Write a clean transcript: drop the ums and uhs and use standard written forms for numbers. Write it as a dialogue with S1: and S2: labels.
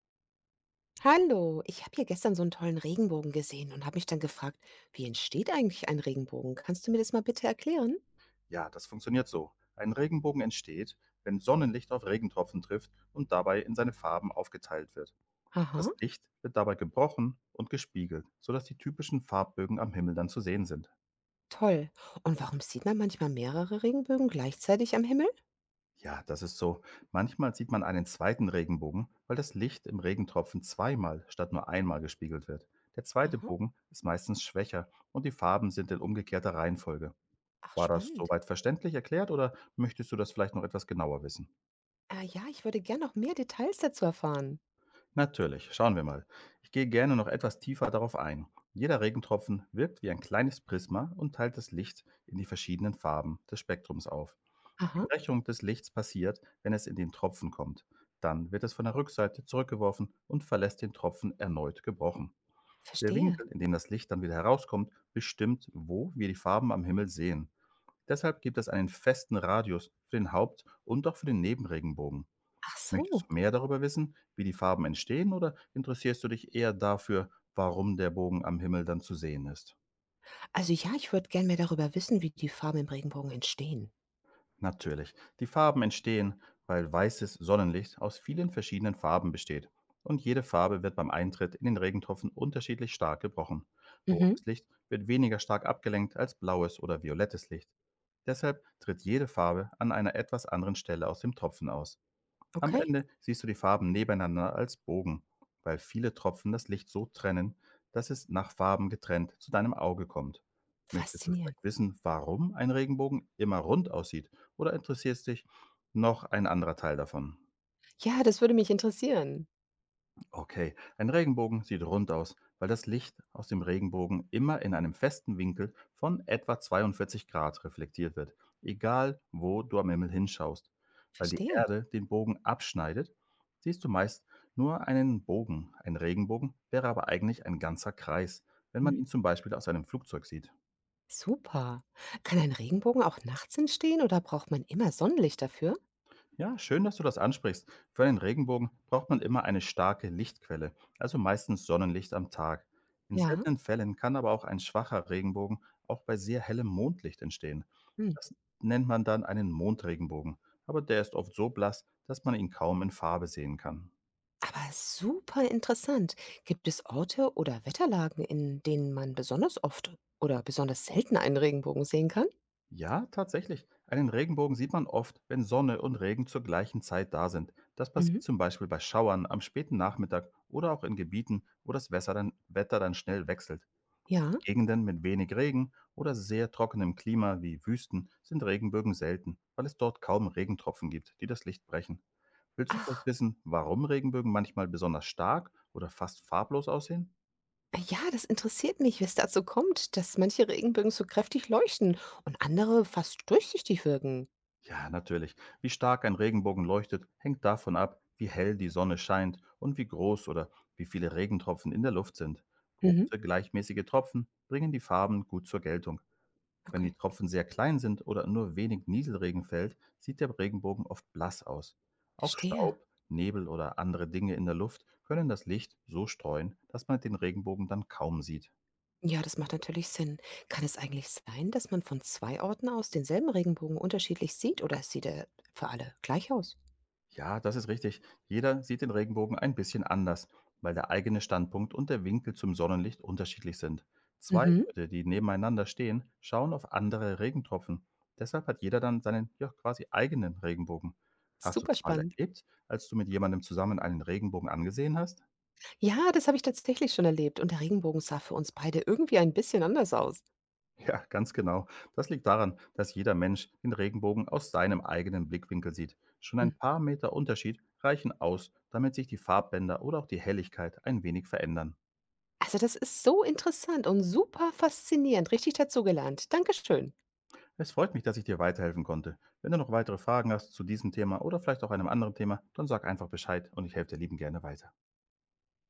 S1: Hallo, ich habe hier gestern so einen tollen Regenbogen gesehen und habe mich dann gefragt, wie entsteht eigentlich ein Regenbogen? Kannst du mir das mal bitte erklären?
S2: Ja, das funktioniert so. Ein Regenbogen entsteht, wenn Sonnenlicht auf Regentropfen trifft und dabei in seine Farben aufgeteilt wird.
S1: Aha,
S2: Das Licht wird dabei gebrochen und gespiegelt, sodass die typischen Farbbögen am Himmel dann zu sehen sind.
S1: toll. Und warum sieht man manchmal mehrere Regenbögen gleichzeitig am Himmel?
S2: Ja, das ist so. Manchmal sieht man einen zweiten Regenbogen, weil das Licht im Regentropfen zweimal statt nur einmal gespiegelt wird. Der zweite
S1: Aha,
S2: Bogen ist meistens schwächer und die Farben sind in umgekehrter Reihenfolge.
S1: ach
S2: War das
S1: spannend.
S2: soweit verständlich erklärt oder möchtest du das vielleicht noch etwas genauer wissen?
S1: Ja, ich würde gern noch mehr Details dazu erfahren.
S2: Natürlich, schauen wir mal. Ich gehe gerne noch etwas tiefer darauf ein. Jeder Regentropfen wirkt wie ein kleines Prisma und teilt das Licht in die verschiedenen Farben des Spektrums auf. Die
S1: Aha,
S2: Brechung des Lichts passiert, wenn es in den Tropfen kommt. Dann wird es von der Rückseite zurückgeworfen und verlässt den Tropfen erneut gebrochen. Der
S1: verstehe.
S2: Winkel, in dem das Licht dann wieder herauskommt, bestimmt, wo wir die Farben am Himmel sehen. Deshalb gibt es einen festen Radius für den Haupt- und auch für den Nebenregenbogen.
S1: Ach
S2: Möchtest
S1: so.
S2: du mehr darüber wissen, wie die Farben entstehen, oder interessierst du dich eher dafür, warum der Bogen am Himmel dann zu sehen ist?
S1: Also ja, ich würde gern mehr darüber wissen, wie die Farben im Regenbogen entstehen.
S2: Natürlich, die Farben entstehen, weil weißes Sonnenlicht aus vielen verschiedenen Farben besteht. Und jede Farbe wird beim Eintritt in den Regentropfen unterschiedlich stark gebrochen.
S1: Mhm,
S2: Rotes Licht wird weniger stark abgelenkt als blaues oder violettes Licht. Deshalb tritt jede Farbe an einer etwas anderen Stelle aus dem Tropfen aus. Am
S1: okay.
S2: Ende siehst du die Farben nebeneinander als Bogen, weil viele Tropfen das Licht so trennen, dass es nach Farben getrennt zu deinem Auge kommt. Möchtest du
S1: Faszinierend.
S2: vielleicht wissen, warum ein Regenbogen immer rund aussieht oder interessiert dich noch ein anderer Teil davon?
S1: Ja, das würde mich interessieren.
S2: Okay, ein Regenbogen sieht rund aus, weil das Licht aus dem Regenbogen immer in einem festen Winkel von etwa 42 Grad reflektiert wird, egal wo du am Himmel hinschaust. Weil die
S1: Verstehe.
S2: Erde den Bogen abschneidet, siehst du meist nur einen Bogen. Ein Regenbogen wäre aber eigentlich ein ganzer Kreis, wenn man
S1: Mhm.
S2: ihn zum Beispiel aus einem Flugzeug sieht.
S1: Super. Kann ein Regenbogen auch nachts entstehen oder braucht man immer Sonnenlicht dafür?
S2: Ja, schön, dass du das ansprichst. Für einen Regenbogen braucht man immer eine starke Lichtquelle, also meistens Sonnenlicht am Tag. In
S1: Ja.
S2: seltenen Fällen kann aber auch ein schwacher Regenbogen auch bei sehr hellem Mondlicht entstehen.
S1: Hm.
S2: Das nennt man dann einen Mondregenbogen, aber der ist oft so blass, dass man ihn kaum in Farbe sehen kann.
S1: Aber super interessant. Gibt es Orte oder Wetterlagen, in denen man besonders oft oder besonders selten einen Regenbogen sehen kann?
S2: Ja, tatsächlich. Einen Regenbogen sieht man oft, wenn Sonne und Regen zur gleichen Zeit da sind. Das
S1: Mhm.
S2: passiert zum Beispiel bei Schauern am späten Nachmittag oder auch in Gebieten, wo das Wetter dann schnell wechselt.
S1: Ja.
S2: Gegenden mit wenig Regen oder sehr trockenem Klima wie Wüsten sind Regenbögen selten, weil es dort kaum Regentropfen gibt, die das Licht brechen. Willst du vielleicht
S1: Ach,
S2: wissen, warum Regenbögen manchmal besonders stark oder fast farblos aussehen?
S1: ja, das interessiert mich, wie es dazu kommt, dass manche Regenbögen so kräftig leuchten und andere fast durchsichtig wirken.
S2: Ja, natürlich. Wie stark ein Regenbogen leuchtet, hängt davon ab, wie hell die Sonne scheint und wie groß oder wie viele Regentropfen in der Luft sind.
S1: Mhm.
S2: Große, gleichmäßige Tropfen bringen die Farben gut zur Geltung. Wenn die
S1: Okay.
S2: Tropfen sehr klein sind oder nur wenig Nieselregen fällt, sieht der Regenbogen oft blass aus. Auch
S1: Verstehe.
S2: Staub, Nebel oder andere Dinge in der Luft können das Licht so streuen, dass man den Regenbogen dann kaum sieht.
S1: Ja, das macht natürlich Sinn. Kann es eigentlich sein, dass man von zwei Orten aus denselben Regenbogen unterschiedlich sieht oder sieht er für alle gleich aus?
S2: Ja, das ist richtig. Jeder sieht den Regenbogen ein bisschen anders, weil der eigene Standpunkt und der Winkel zum Sonnenlicht unterschiedlich sind. Zwei
S1: Mhm.
S2: Leute, die nebeneinander stehen, schauen auf andere Regentropfen. Deshalb hat jeder dann seinen, ja, quasi eigenen Regenbogen. Hast du
S1: Super
S2: das mal
S1: spannend.
S2: erlebt, als du mit jemandem zusammen einen Regenbogen angesehen hast?
S1: Ja, das habe ich tatsächlich schon erlebt und der Regenbogen sah für uns beide irgendwie ein bisschen anders aus.
S2: Ja, ganz genau. Das liegt daran, dass jeder Mensch den Regenbogen aus seinem eigenen Blickwinkel sieht. Schon
S1: Mhm.
S2: ein paar Meter Unterschied reichen aus, damit sich die Farbbänder oder auch die Helligkeit ein wenig verändern.
S1: Also das ist so interessant und super faszinierend. Richtig dazu gelernt. Dankeschön.
S2: Es freut mich, dass ich dir weiterhelfen konnte. Wenn du noch weitere Fragen hast zu diesem Thema oder vielleicht auch einem anderen Thema, dann sag einfach Bescheid und ich helfe dir lieben gerne weiter.